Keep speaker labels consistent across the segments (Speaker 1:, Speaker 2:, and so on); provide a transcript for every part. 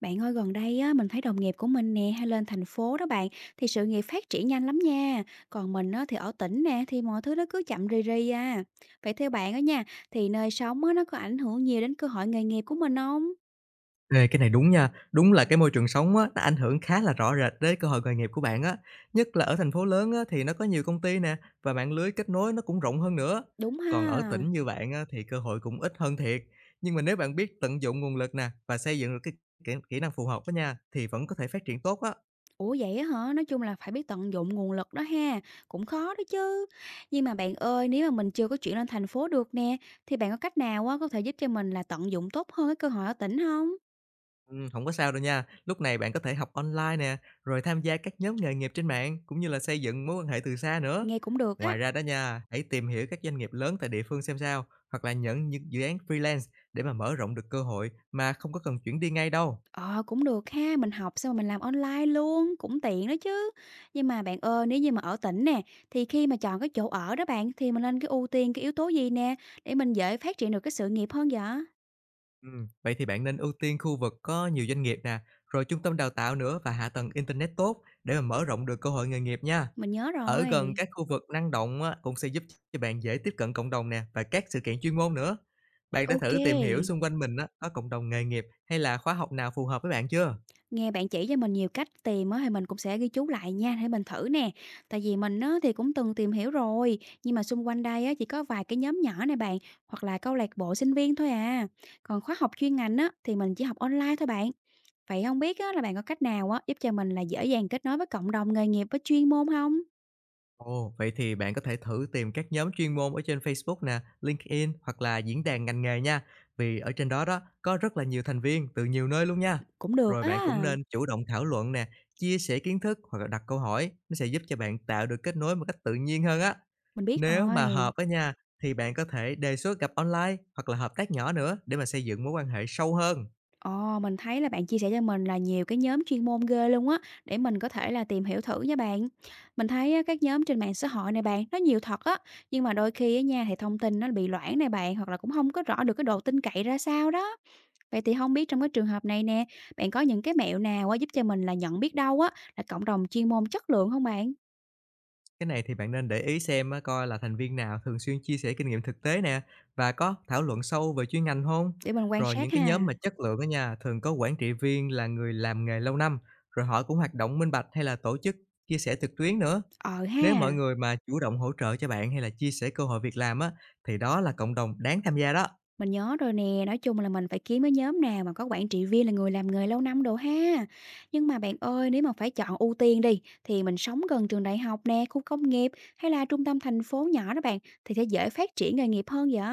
Speaker 1: Bạn ơi gần đây á, mình thấy đồng nghiệp của mình nè hay lên thành phố đó bạn thì sự nghiệp phát triển nhanh lắm nha. Còn mình á, thì ở tỉnh nè thì mọi thứ nó cứ chậm rì rì à. Vậy theo bạn á nha thì nơi sống á, nó có ảnh hưởng nhiều đến cơ hội nghề nghiệp của mình không?
Speaker 2: Ê, cái này đúng nha. Đúng là cái môi trường sống á, nó ảnh hưởng khá là rõ rệt đến cơ hội nghề nghiệp của bạn á. Nhất là ở thành phố lớn á, thì nó có nhiều công ty nè, và mạng lưới kết nối nó cũng rộng hơn nữa.
Speaker 1: Đúng
Speaker 2: Còn ở
Speaker 1: ha.
Speaker 2: tỉnh như bạn á, thì cơ hội cũng ít hơn thiệt. Nhưng mà nếu bạn biết tận dụng nguồn lực nè, và xây dựng được cái kỹ năng phù hợp đó nha, thì vẫn có thể phát triển tốt á.
Speaker 1: Ủa vậy á hả? Nói chung là phải biết tận dụng nguồn lực đó ha. Cũng khó đó chứ. Nhưng mà bạn ơi nếu mà mình chưa có chuyển lên thành phố được nè thì bạn có cách nào á, có thể giúp cho mình là tận dụng tốt hơn cái cơ hội ở tỉnh không?
Speaker 2: Hổng có sao đâu nha. Lúc này bạn có thể học online nè, rồi tham gia các nhóm nghề nghiệp trên mạng, cũng như là xây dựng mối quan hệ từ xa nữa.
Speaker 1: Nghe cũng được á.
Speaker 2: Ngoài ra đó nha, hãy tìm hiểu các doanh nghiệp lớn tại địa phương xem sao, hoặc là nhận những dự án freelance để mà mở rộng được cơ hội mà không có cần chuyển đi ngay đâu.
Speaker 1: Ờ, cũng được ha, mình học xong rồi mình làm online luôn, cũng tiện đó chứ. Nhưng mà bạn ơi, nếu như mà ở tỉnh nè, thì khi mà chọn cái chỗ ở đó bạn, thì mình nên cái ưu tiên cái yếu tố gì nè, để mình dễ phát triển được cái sự nghiệp hơn vậy?
Speaker 2: Vậy thì bạn nên ưu tiên khu vực có nhiều doanh nghiệp nè, rồi trung tâm đào tạo nữa và hạ tầng internet tốt để mà mở rộng được cơ hội nghề nghiệp nha.
Speaker 1: Mình nhớ
Speaker 2: Ở gần
Speaker 1: rồi.
Speaker 2: các khu vực năng động á, cũng sẽ giúp cho bạn dễ tiếp cận cộng đồng nè và các sự kiện chuyên môn nữa. Bạn đã
Speaker 1: Ok,
Speaker 2: thử tìm hiểu xung quanh mình á, có cộng đồng nghề nghiệp hay là khóa học nào phù hợp với bạn chưa?
Speaker 1: nghe bạn chỉ cho mình nhiều cách tìm á, thì mình cũng sẽ ghi chú lại nha, để mình thử nè. Tại vì mình á, thì cũng từng tìm hiểu rồi, nhưng mà xung quanh đây á, chỉ có vài cái nhóm nhỏ này bạn, hoặc là câu lạc bộ sinh viên thôi à. Còn khóa học chuyên ngành á, thì mình chỉ học online thôi bạn. Vậy không biết á là bạn có cách nào á, giúp cho mình là dễ dàng kết nối với cộng đồng nghề nghiệp với chuyên môn không?
Speaker 2: Ồ, vậy thì bạn có thể thử tìm các nhóm chuyên môn ở trên Facebook nè, LinkedIn hoặc là diễn đàn ngành nghề nha. Vì ở trên đó đó có rất là nhiều thành viên từ nhiều nơi luôn nha.
Speaker 1: Cũng được
Speaker 2: Rồi bạn cũng
Speaker 1: á,
Speaker 2: nên chủ động thảo luận nè, chia sẻ kiến thức hoặc là đặt câu hỏi, nó sẽ giúp cho bạn tạo được kết nối một cách tự nhiên hơn á.
Speaker 1: mình biết
Speaker 2: Nếu mà
Speaker 1: rồi.
Speaker 2: hợp á nha, thì bạn có thể đề xuất gặp online hoặc là hợp tác nhỏ nữa để mà xây dựng mối quan hệ sâu hơn.
Speaker 1: Ồ, mình thấy là bạn chia sẻ cho mình là nhiều cái nhóm chuyên môn ghê luôn á, để mình có thể là tìm hiểu thử nha bạn. Mình thấy á, các nhóm trên mạng xã hội này bạn, nó nhiều thật á, nhưng mà đôi khi á nha, thì thông tin nó bị loãng này bạn, hoặc là cũng không có rõ được cái độ tin cậy ra sao đó. Vậy thì không biết trong cái trường hợp này nè, bạn có những cái mẹo nào á, giúp cho mình là nhận biết đâu á, là cộng đồng chuyên môn chất lượng không bạn?
Speaker 2: Cái này thì bạn nên để ý xem á, coi là thành viên nào thường xuyên chia sẻ kinh nghiệm thực tế nè, và có thảo luận sâu về chuyên ngành không.
Speaker 1: Để mình quan
Speaker 2: Rồi những
Speaker 1: sát
Speaker 2: cái
Speaker 1: ha.
Speaker 2: nhóm mà chất lượng đó nha, thường có quản trị viên là người làm nghề lâu năm, rồi họ cũng hoạt động minh bạch hay là tổ chức chia sẻ trực tuyến nữa.
Speaker 1: Ờ ha,
Speaker 2: Nếu mọi người mà chủ động hỗ trợ cho bạn hay là chia sẻ cơ hội việc làm á, thì đó là cộng đồng đáng tham gia đó.
Speaker 1: mình nhớ rồi nè, nói chung là mình phải kiếm cái nhóm nào mà có quản trị viên là người làm nghề lâu năm đồ ha. Nhưng mà bạn ơi, nếu mà phải chọn ưu tiên đi, thì mình sống gần trường đại học nè, khu công nghiệp hay là trung tâm thành phố nhỏ đó bạn, thì sẽ dễ phát triển nghề nghiệp hơn vậy?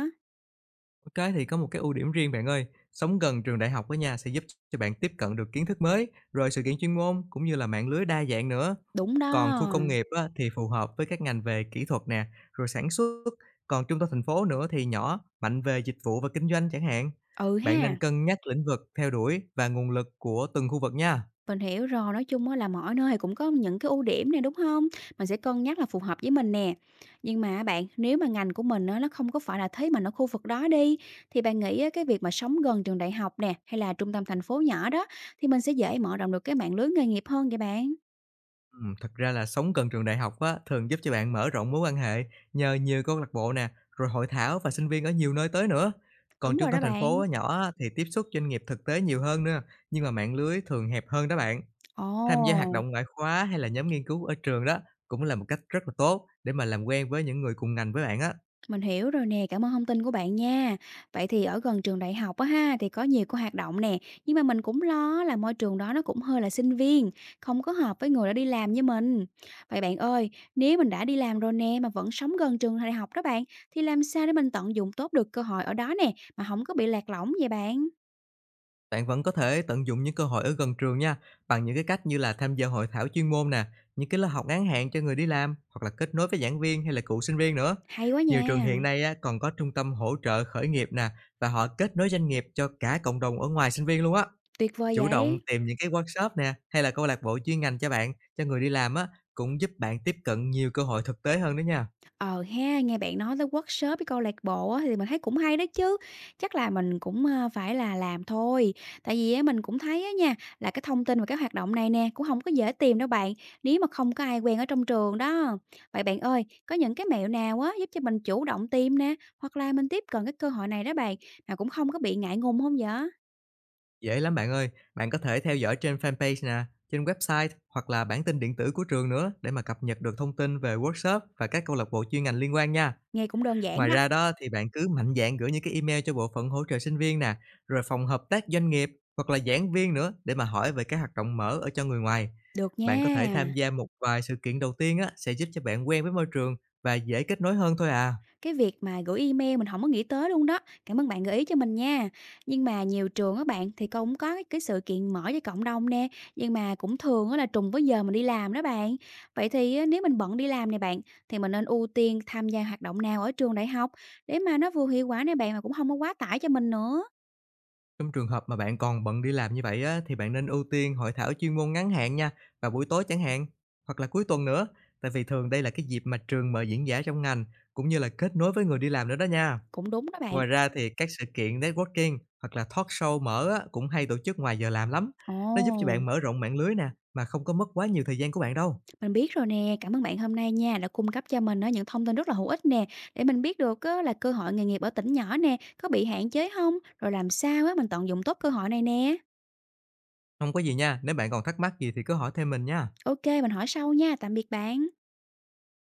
Speaker 2: Cái thì có một cái ưu điểm riêng bạn ơi, sống gần trường đại học á, nhà sẽ giúp cho bạn tiếp cận được kiến thức mới, rồi sự kiện chuyên môn cũng như là mạng lưới đa dạng nữa.
Speaker 1: Đúng
Speaker 2: Còn khu
Speaker 1: đó.
Speaker 2: công nghiệp á, thì phù hợp với các ngành về kỹ thuật nè, rồi sản xuất, còn trung tâm thành phố nữa thì nhỏ, mạnh về dịch vụ và kinh doanh chẳng hạn.
Speaker 1: Ừ
Speaker 2: Bạn nên
Speaker 1: ha.
Speaker 2: cân nhắc lĩnh vực theo đuổi và nguồn lực của từng khu vực nha.
Speaker 1: Mình hiểu rồi, nói chung á là mỗi nơi cũng có những cái ưu điểm này, đúng không? Mình sẽ cân nhắc là phù hợp với mình nè. Nhưng mà bạn, nếu mà ngành của mình á, nó không có phải là thế mà ở khu vực đó đi, thì bạn nghĩ á, cái việc mà sống gần trường đại học nè, hay là trung tâm thành phố nhỏ đó, thì mình sẽ dễ mở rộng được cái mạng lưới nghề nghiệp hơn vậy bạn?
Speaker 2: Thật ra là sống gần trường đại học á, thường giúp cho bạn mở rộng mối quan hệ nhờ nhiều câu lạc bộ nè, rồi hội thảo và sinh viên ở nhiều nơi tới nữa. Còn
Speaker 1: Đúng
Speaker 2: trung
Speaker 1: rồi
Speaker 2: tâm
Speaker 1: đó
Speaker 2: thành
Speaker 1: bạn.
Speaker 2: phố á, nhỏ á, thì tiếp xúc doanh nghiệp thực tế nhiều hơn nữa, nhưng mà mạng lưới thường hẹp hơn đó bạn. Tham gia hoạt
Speaker 1: Ồ!
Speaker 2: động ngoại khóa hay là nhóm nghiên cứu ở trường đó cũng là một cách rất là tốt để mà làm quen với những người cùng ngành với bạn á.
Speaker 1: Mình hiểu rồi nè, cảm ơn thông tin của bạn nha. Vậy thì ở gần trường đại học á ha thì có nhiều cái hoạt động nè, nhưng mà mình cũng lo là môi trường đó nó cũng hơi là sinh viên, không có hợp với người đã đi làm như mình. Vậy bạn ơi, nếu mình đã đi làm rồi nè mà vẫn sống gần trường đại học đó bạn, thì làm sao để mình tận dụng tốt được cơ hội ở đó nè mà không có bị lạc lõng vậy bạn?
Speaker 2: Bạn vẫn có thể tận dụng những cơ hội ở gần trường nha, bằng những cái cách như là tham gia hội thảo chuyên môn nè, những cái lớp học ngắn hạn cho người đi làm, hoặc là kết nối với giảng viên hay là cựu sinh viên nữa.
Speaker 1: Hay quá
Speaker 2: Nhiều trường
Speaker 1: nha,
Speaker 2: hiện nay á, còn có trung tâm hỗ trợ khởi nghiệp nè, và họ kết nối doanh nghiệp cho cả cộng đồng ở ngoài sinh viên luôn á.
Speaker 1: tuyệt vời
Speaker 2: Chủ động
Speaker 1: vậy.
Speaker 2: tìm những cái workshop nè hay là câu lạc bộ chuyên ngành cho bạn, cho người đi làm á, cũng giúp bạn tiếp cận nhiều cơ hội thực tế hơn đó nha.
Speaker 1: Ờ ha, nghe bạn nói tới workshop với câu lạc bộ á, thì mình thấy cũng hay đó chứ. Chắc là mình cũng, phải là làm thôi. Tại vì á, mình cũng thấy á nha, là cái thông tin về cái hoạt động này nè, cũng không có dễ tìm đâu bạn, nếu mà không có ai quen ở trong trường đó. Vậy bạn ơi, có những cái mẹo nào á, giúp cho mình chủ động tìm nè, hoặc là mình tiếp cận cái cơ hội này đó bạn, mà cũng không có bị ngại ngùng không vậy?
Speaker 2: Dễ lắm bạn ơi, bạn có thể theo dõi trên fanpage nè, trên website hoặc là bản tin điện tử của trường nữa để mà cập nhật được thông tin về workshop và các câu lạc bộ chuyên ngành liên quan nha.
Speaker 1: Nghe cũng đơn giản
Speaker 2: Ngoài
Speaker 1: đó.
Speaker 2: ra đó thì bạn cứ mạnh dạn gửi những cái email cho bộ phận hỗ trợ sinh viên nè, rồi phòng hợp tác doanh nghiệp hoặc là giảng viên nữa để mà hỏi về các hoạt động mở ở cho người ngoài.
Speaker 1: Được
Speaker 2: Bạn có
Speaker 1: nha.
Speaker 2: thể tham gia một vài sự kiện đầu tiên á, sẽ giúp cho bạn quen với môi trường và dễ kết nối hơn thôi à.
Speaker 1: Cái việc mà gửi email mình không có nghĩ tới luôn đó, cảm ơn bạn gợi ý cho mình nha. Nhưng mà nhiều trường các bạn thì cũng có cái sự kiện mở cho cộng đồng nè, nhưng mà cũng thường á là trùng với giờ mình đi làm đó bạn. Vậy thì á nếu mình bận đi làm nè bạn, thì mình nên ưu tiên tham gia hoạt động nào ở trường đại học để mà nó vừa hiệu quả nè bạn, mà cũng không có quá tải cho mình nữa?
Speaker 2: Trong trường hợp mà bạn còn bận đi làm như vậy á, thì bạn nên ưu tiên hội thảo chuyên môn ngắn hạn nha, vào buổi tối chẳng hạn, hoặc là cuối tuần nữa. Tại vì thường đây là cái dịp mà trường mời diễn giả trong ngành, cũng như là kết nối với người đi làm nữa đó nha.
Speaker 1: Cũng đúng đó bạn.
Speaker 2: Ngoài ra thì các sự kiện networking hoặc là talk show mở á, cũng hay tổ chức ngoài giờ làm lắm. Nó giúp cho
Speaker 1: Ồ!
Speaker 2: bạn mở rộng mạng lưới nè, mà không có mất quá nhiều thời gian của bạn đâu.
Speaker 1: Mình biết rồi nè, cảm ơn bạn hôm nay nha, đã cung cấp cho mình á, những thông tin rất là hữu ích nè, để mình biết được á, là cơ hội nghề nghiệp ở tỉnh nhỏ nè, có bị hạn chế không. Rồi làm sao á, mình tận dụng tốt cơ hội này nè.
Speaker 2: Không có gì nha, nếu bạn còn thắc mắc gì thì cứ hỏi thêm mình nha.
Speaker 1: Ok, mình hỏi sau nha, tạm biệt bạn.